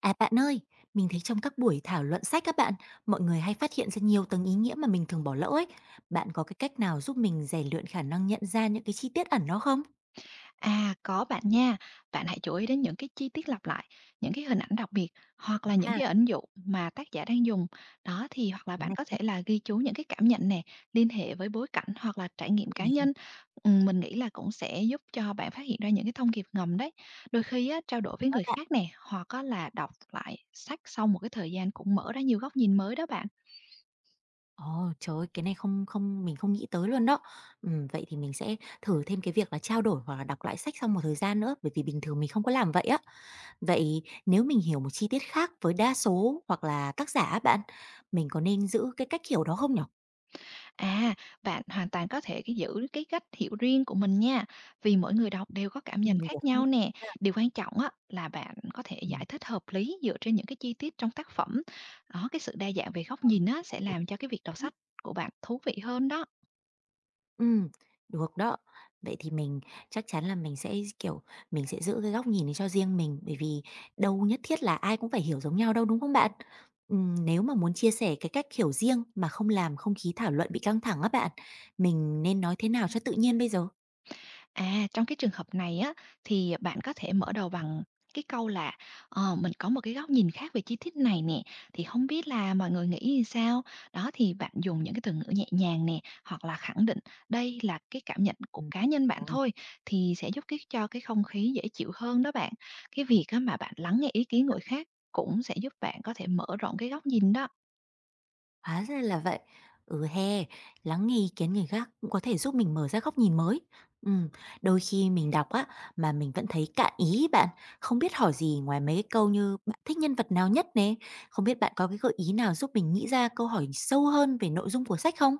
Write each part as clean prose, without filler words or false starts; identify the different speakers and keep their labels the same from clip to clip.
Speaker 1: À bạn ơi, mình thấy trong các buổi thảo luận sách các bạn, mọi người hay phát hiện ra nhiều tầng ý nghĩa mà mình thường bỏ lỡ ấy. Bạn có cái cách nào giúp mình rèn luyện khả năng nhận ra những cái chi tiết ẩn đó không?
Speaker 2: À, có bạn nha. Bạn hãy chú ý đến những cái chi tiết lặp lại, những cái hình ảnh đặc biệt hoặc là những
Speaker 1: À,
Speaker 2: cái ẩn dụ mà tác giả đang dùng. Đó thì hoặc là
Speaker 1: cái
Speaker 2: bạn
Speaker 1: này
Speaker 2: có thể là ghi chú những cái cảm nhận nè, liên hệ với bối cảnh hoặc là trải
Speaker 1: cũng
Speaker 2: nghiệm cá
Speaker 1: mình hay
Speaker 2: nhân. Ừ, mình nghĩ là cũng sẽ giúp cho bạn phát hiện ra những cái thông điệp ngầm đấy. Đôi khi á, trao đổi với
Speaker 1: quá
Speaker 2: người
Speaker 1: bạn.
Speaker 2: khác nè, hoặc á là đọc lại sách sau một cái thời gian cũng mở ra nhiều góc nhìn mới đó bạn.
Speaker 1: Ồ, trời ơi, cái này, không, không, mình không nghĩ tới luôn đó. Vậy thì mình sẽ thử thêm cái việc là trao đổi hoặc là đọc lại sách sau một thời gian nữa, bởi vì bình thường mình không có làm vậy á. Vậy nếu mình hiểu một chi tiết khác với đa số hoặc là tác giả á bạn, mình có nên giữ cái cách hiểu đó không nhở?
Speaker 2: À, bạn hoàn toàn có thể cái giữ cái cách hiểu riêng của mình nha, vì mỗi người đọc đều có cảm nhận
Speaker 1: Được
Speaker 2: khác
Speaker 1: không?
Speaker 2: nhau nè. Điều quan trọng á là bạn có thể giải thích hợp lý dựa trên những cái chi tiết trong tác phẩm. Đó, cái sự đa dạng về góc nhìn á sẽ làm cho cái việc đọc
Speaker 1: Ừ.
Speaker 2: sách của bạn thú vị hơn đó.
Speaker 1: Ừm, Được đó. Vậy thì mình chắc chắn là mình sẽ, kiểu, mình sẽ giữ cái góc nhìn này cho riêng mình, bởi vì đâu nhất thiết là ai cũng phải hiểu giống nhau đâu, đúng không bạn? Nếu mà muốn chia sẻ cái cách hiểu riêng mà không làm không khí thảo luận bị căng thẳng á bạn, mình nên nói thế nào cho tự nhiên bây giờ?
Speaker 2: À, trong cái trường hợp này á, thì bạn có thể mở đầu bằng cái câu là, "Mình có một cái góc nhìn khác về chi tiết này nè, thì không biết là mọi người nghĩ như sao?" Đó, thì bạn dùng những cái từ ngữ nhẹ nhàng nè, hoặc là khẳng định đây là cái cảm nhận của cá nhân bạn
Speaker 1: Ừm.
Speaker 2: thôi, thì sẽ giúp cái cho cái không khí dễ chịu hơn đó bạn. Cái việc á mà bạn lắng nghe ý kiến người khác cũng sẽ giúp bạn có thể mở rộng cái góc nhìn đó.
Speaker 1: Hóa ra là vậy. Ừ he, lắng nghe ý kiến người khác cũng có thể giúp mình mở ra góc nhìn mới. Ừ, đôi khi mình đọc á mà mình vẫn thấy cạn ý ấy bạn, không biết hỏi gì ngoài mấy cái câu như bạn thích nhân vật nào nhất nè, không biết bạn có cái gợi ý nào giúp mình nghĩ ra câu hỏi sâu hơn về nội dung của sách không?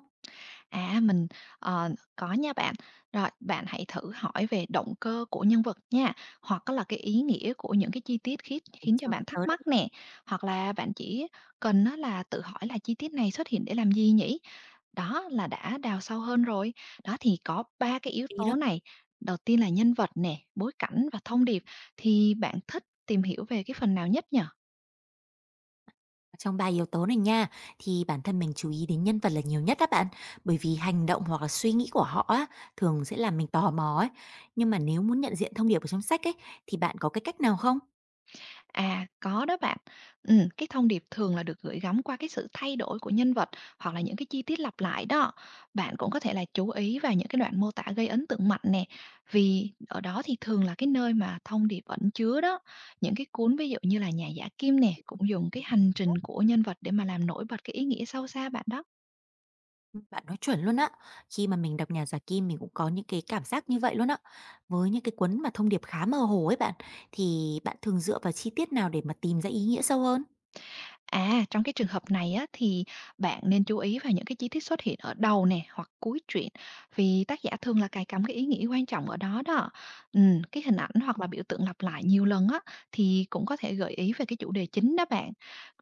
Speaker 2: À, ờ, có nha bạn. Rồi, bạn hãy thử hỏi về động cơ của nhân vật nha, hoặc á là cái ý nghĩa của những cái chi tiết khiến
Speaker 1: Mình
Speaker 2: khiến cho
Speaker 1: chưa
Speaker 2: bạn
Speaker 1: nghĩ
Speaker 2: thắc
Speaker 1: tới đâu.
Speaker 2: mắc nè, hoặc là bạn chỉ cần á là tự hỏi là chi tiết này xuất hiện để làm gì nhỉ? Đó là đã đào sâu hơn rồi. Đó, thì có 3 cái yếu
Speaker 1: Ý đó.
Speaker 2: tố này, đầu tiên là nhân vật nè, bối cảnh và thông điệp, thì bạn thích tìm hiểu về cái phần nào nhất nhỉ?
Speaker 1: Trong 3 yếu tố này nha, thì bản thân mình chú ý đến nhân vật là nhiều nhất các bạn, bởi vì hành động hoặc là suy nghĩ của họ á, thường sẽ làm mình tò mò ấy. Nhưng mà nếu muốn nhận diện thông điệp ở trong sách ấy, thì bạn có cái cách nào không?
Speaker 2: À, có đó bạn. Ừ, cái thông điệp thường là được gửi gắm qua cái sự thay đổi của nhân vật hoặc là những cái chi tiết lặp lại đó. Bạn cũng có thể là chú ý vào những cái đoạn mô tả gây ấn tượng mạnh nè, vì ở đó thì thường là cái nơi mà thông điệp ẩn chứa đó. Những cái cuốn ví dụ như là Nhà Giả Kim nè,
Speaker 1: Cũng
Speaker 2: cũng
Speaker 1: hay gặp
Speaker 2: dùng
Speaker 1: cái-
Speaker 2: cái hành trình của nhân vật để mà làm nổi bật cái ý nghĩa sâu xa bạn đó.
Speaker 1: Bạn nói chuẩn luôn á. Khi mà mình đọc Nhà Giả Kim, mình cũng có những cái cảm giác như vậy luôn á. Với những cái cuốn mà thông điệp khá mơ hồ ấy bạn, thì bạn thường dựa vào chi tiết nào để mà tìm ra ý nghĩa sâu hơn?
Speaker 2: À, trong cái trường hợp này á, thì bạn nên chú ý vào những cái chi tiết xuất hiện ở đầu nè hoặc cuối truyện, vì tác giả thường là cài cắm cái ý nghĩa quan trọng ở đó đó. Cái hình ảnh hoặc là biểu tượng lặp lại nhiều lần á thì cũng có thể gợi ý về cái chủ đề chính đó bạn.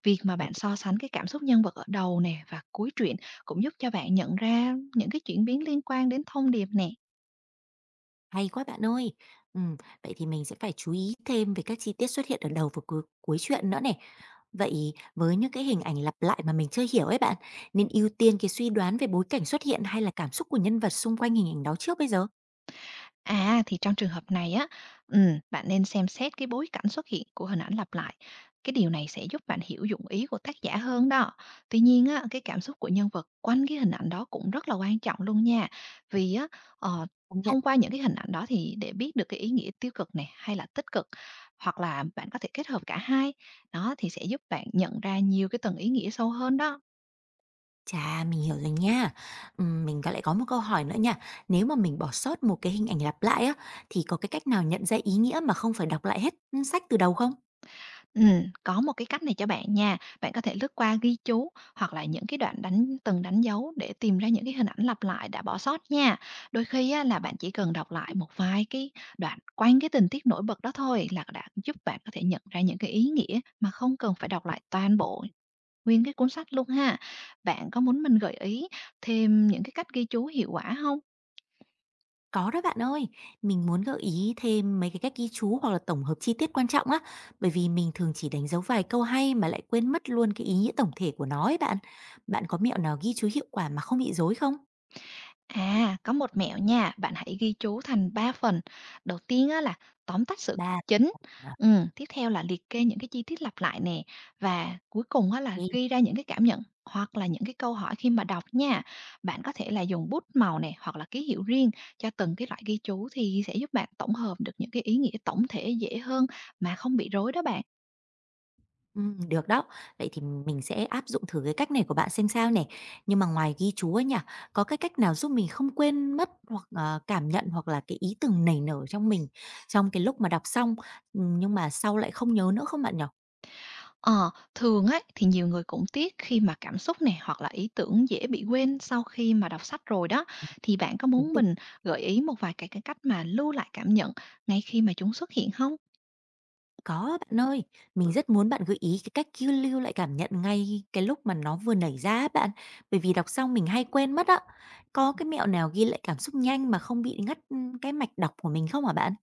Speaker 2: Việc mà bạn so sánh cái cảm xúc nhân vật ở đầu nè và cuối truyện cũng giúp cho bạn nhận ra những cái chuyển biến liên quan đến thông điệp nè.
Speaker 1: Hay quá bạn ơi! Ừm, Vậy thì mình sẽ phải chú ý thêm về các chi tiết xuất hiện ở đầu và cuối cuối truyện nữa này. Vậy với những cái hình ảnh lặp lại mà mình chưa hiểu ấy bạn, nên ưu tiên cái suy đoán về bối cảnh xuất hiện hay là cảm xúc của nhân vật xung quanh hình ảnh đó trước bây giờ?
Speaker 2: À, thì trong trường hợp này á, bạn nên xem xét cái bối cảnh xuất hiện của hình ảnh lặp lại. Cái điều này sẽ giúp bạn hiểu dụng ý của tác giả hơn đó. Tuy nhiên á, cái cảm xúc của nhân vật quanh cái hình ảnh đó cũng rất là quan trọng luôn nha. Vì á, ờ,
Speaker 1: Công nhận.
Speaker 2: thông qua những cái hình ảnh đó thì để biết được cái ý nghĩa tiêu cực này hay là tích cực, hoặc là bạn có thể kết hợp cả hai. Đó thì sẽ giúp bạn nhận ra nhiều cái tầng ý nghĩa sâu hơn đó.
Speaker 1: Chà, mình hiểu rồi nha. Mình lại có một câu hỏi nữa nha. Nếu mà mình bỏ sót một cái hình ảnh lặp lại á, thì có cái cách nào nhận ra ý nghĩa mà không phải đọc lại hết sách từ đầu không?
Speaker 2: Có một cái cách này cho bạn nha. Bạn có thể lướt qua ghi chú hoặc là những cái đoạn đánh dấu để tìm ra những cái hình ảnh lặp lại đã bỏ sót nha. Đôi khi á, là bạn chỉ cần đọc lại một vài cái đoạn quanh cái tình tiết nổi bật đó thôi là đã giúp bạn có thể nhận ra những cái ý nghĩa mà không cần phải đọc lại toàn bộ nguyên cái cuốn sách luôn ha. Bạn có muốn mình gợi ý thêm những cái cách ghi chú hiệu quả không?
Speaker 1: Có đó bạn ơi, mình muốn gợi ý thêm mấy cái cách ghi chú hoặc là tổng hợp chi tiết quan trọng á, bởi vì mình thường chỉ đánh dấu vài câu hay mà lại quên mất luôn cái ý nghĩa tổng thể của nó ấy bạn. Bạn có mẹo nào ghi chú hiệu quả mà không bị rối không?
Speaker 2: À, có một mẹo nha, bạn hãy ghi chú thành 3 phần. Đầu tiên á, là tóm tắt sự
Speaker 1: Ba
Speaker 2: kiện
Speaker 1: à,
Speaker 2: chính, tiếp theo là liệt kê những cái chi tiết lặp lại nè, và cuối cùng á, là
Speaker 1: ok,
Speaker 2: ghi ra những cái cảm nhận hoặc là những cái câu hỏi khi mà đọc nha. Bạn có thể là dùng bút màu nè hoặc là ký hiệu riêng cho từng cái loại ghi chú thì sẽ giúp bạn tổng hợp được những cái ý nghĩa tổng thể dễ hơn mà không bị rối đó bạn.
Speaker 1: được đó. Vậy thì mình sẽ áp dụng thử cái cách này của bạn xem sao nè. Nhưng mà ngoài ghi chú ấy nhỉ, có cái cách nào giúp mình không quên mất hoặc cảm nhận hoặc là cái ý tưởng nảy nở trong mình trong cái lúc mà đọc xong, nhưng mà sau lại không nhớ nữa không bạn nhỉ?
Speaker 2: Ờ, thường ấy thì nhiều người cũng tiếc khi mà cảm xúc nè hoặc là ý tưởng dễ bị quên sau khi mà đọc sách rồi đó. Thì bạn có muốn mình gợi ý một vài cái cách mà lưu lại cảm nhận ngay khi mà chúng xuất hiện không?
Speaker 1: Có bạn ơi, mình rất muốn bạn gợi ý cái cách cứ lưu lại cảm nhận ngay cái lúc mà nó vừa nảy ra á bạn, bởi vì đọc xong mình hay quên mất á. Có cái mẹo nào ghi lại cảm xúc nhanh mà không bị ngắt cái mạch đọc của mình không hả bạn?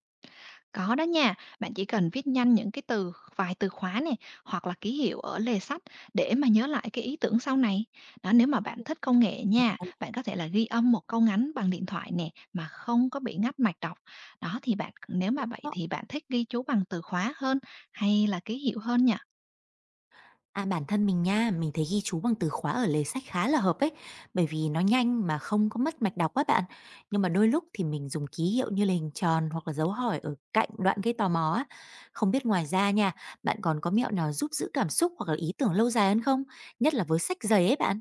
Speaker 2: Có đó nha, bạn chỉ cần viết nhanh những cái từ vài từ khóa này hoặc là ký hiệu ở lề sách để mà nhớ lại cái ý tưởng sau này. Đó, nếu mà bạn thích công nghệ nha, bạn có thể là ghi âm một câu ngắn bằng điện thoại nè mà không có bị ngắt mạch đọc. Đó thì bạn, nếu mà vậy
Speaker 1: Ừ.
Speaker 2: thì bạn thích ghi chú bằng từ khóa hơn hay là ký hiệu hơn nhỉ?
Speaker 1: À, bản thân mình nha, mình thấy ghi chú bằng từ khóa ở lề sách khá là hợp ấy, bởi vì nó nhanh mà không có mất mạch đọc quá bạn. Nhưng mà đôi lúc thì mình dùng ký hiệu như là hình tròn hoặc là dấu hỏi ở cạnh đoạn gây tò mò á. Không biết ngoài ra nha, bạn còn có mẹo nào giúp giữ cảm xúc hoặc là ý tưởng lâu dài hơn không? Nhất là với sách dày ấy bạn.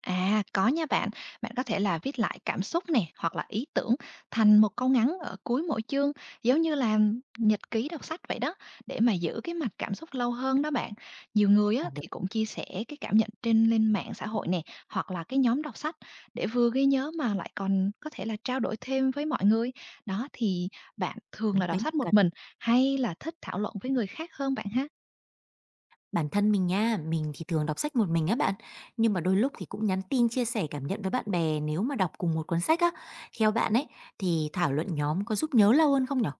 Speaker 2: À, có nha bạn. Bạn có thể là viết lại cảm xúc nè, hoặc là ý tưởng thành một câu ngắn ở cuối mỗi chương, giống như là nhật ký đọc sách vậy đó, để mà giữ cái mặt cảm xúc lâu hơn đó bạn. Nhiều người á,
Speaker 1: Còn được
Speaker 2: thì cũng chia sẻ cái cảm nhận trên lên mạng xã hội nè, hoặc là cái nhóm đọc sách để vừa ghi nhớ mà lại còn có thể là trao đổi thêm với mọi người. Đó thì bạn thường
Speaker 1: đúng
Speaker 2: là
Speaker 1: cái
Speaker 2: đọc sách một
Speaker 1: cần.
Speaker 2: mình hay là thích thảo luận với người khác hơn bạn ha?
Speaker 1: Bản thân mình nha, mình thì thường đọc sách một mình á bạn, nhưng mà đôi lúc thì cũng nhắn tin chia sẻ cảm nhận với bạn bè nếu mà đọc cùng một cuốn sách á. Theo bạn ấy, thì thảo luận nhóm có giúp nhớ lâu hơn không nhở?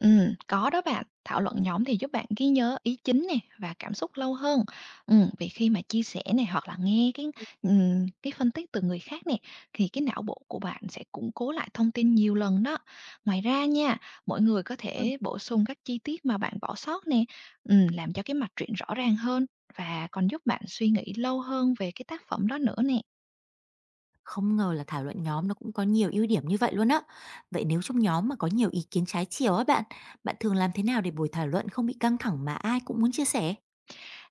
Speaker 2: Có đó bạn. Thảo luận nhóm thì giúp bạn ghi nhớ ý chính này và cảm xúc lâu hơn. Vì khi mà chia sẻ này hoặc là nghe cái phân tích từ người khác này thì cái não bộ của bạn sẽ củng cố lại thông tin nhiều lần đó. Ngoài ra nha, mỗi người có thể bổ sung các chi tiết mà bạn bỏ sót nè, làm cho cái mạch truyện rõ ràng hơn và còn giúp bạn suy nghĩ lâu hơn về cái tác phẩm đó nữa nè.
Speaker 1: Không ngờ là thảo luận nhóm nó cũng có nhiều ưu điểm như vậy luôn á. Vậy nếu trong nhóm mà có nhiều ý kiến trái chiều á bạn, bạn thường làm thế nào để buổi thảo luận không bị căng thẳng mà ai cũng muốn chia sẻ?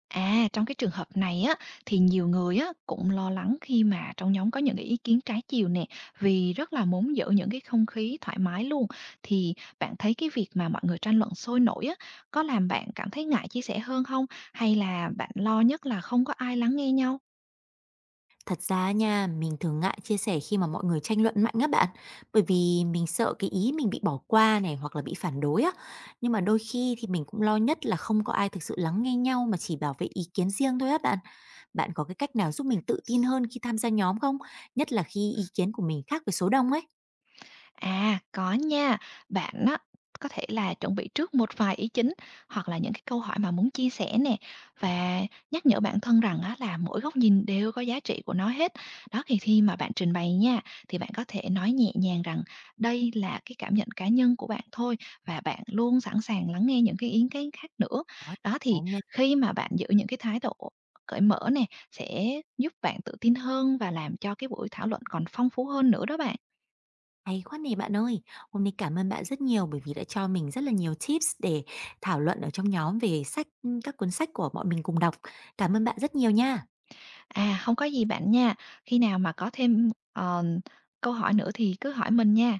Speaker 2: À, trong cái trường hợp này á, thì nhiều người á cũng lo lắng khi mà trong nhóm có những cái ý kiến trái chiều nè, vì rất là muốn giữ những cái không khí thoải mái luôn. Thì bạn thấy cái việc mà mọi người tranh luận sôi nổi á có làm bạn cảm thấy ngại chia sẻ hơn không? Hay là bạn lo nhất là không có ai lắng nghe nhau?
Speaker 1: Thật ra nha, mình thường ngại chia sẻ khi mà mọi người tranh luận mạnh á bạn, bởi vì mình sợ cái ý mình bị bỏ qua này hoặc là bị phản đối á. Nhưng mà đôi khi thì mình cũng lo nhất là không có ai thực sự lắng nghe nhau mà chỉ bảo vệ ý kiến riêng thôi á bạn. Bạn có cái cách nào giúp mình tự tin hơn khi tham gia nhóm không? Nhất là khi ý kiến của mình khác với số đông ấy.
Speaker 2: À, có nha. Bạn á, có thể là chuẩn bị trước một vài ý chính hoặc là những cái câu hỏi mà muốn chia sẻ nè và nhắc nhở bản thân rằng á, là mỗi góc nhìn đều có giá trị của nó hết. Đó thì khi mà bạn trình bày nha, thì bạn có thể nói nhẹ nhàng rằng đây là cái cảm nhận cá nhân của bạn thôi và bạn luôn sẵn sàng lắng nghe những cái ý kiến khác nữa.
Speaker 1: Đó,
Speaker 2: Đó
Speaker 1: có
Speaker 2: thì
Speaker 1: nha.
Speaker 2: khi mà bạn giữ những cái thái độ cởi mở nè sẽ giúp bạn tự tin hơn và làm cho cái buổi thảo luận còn phong phú hơn nữa đó bạn.
Speaker 1: Hay quá nè bạn ơi! Hôm nay cảm ơn bạn rất nhiều bởi vì đã cho mình rất là nhiều tips để thảo luận ở trong nhóm về sách, các cuốn sách của bọn mình cùng đọc. Cảm ơn bạn rất nhiều nha!
Speaker 2: À, không có gì bạn nha. Khi nào mà có thêm, câu hỏi nữa thì cứ hỏi mình nha.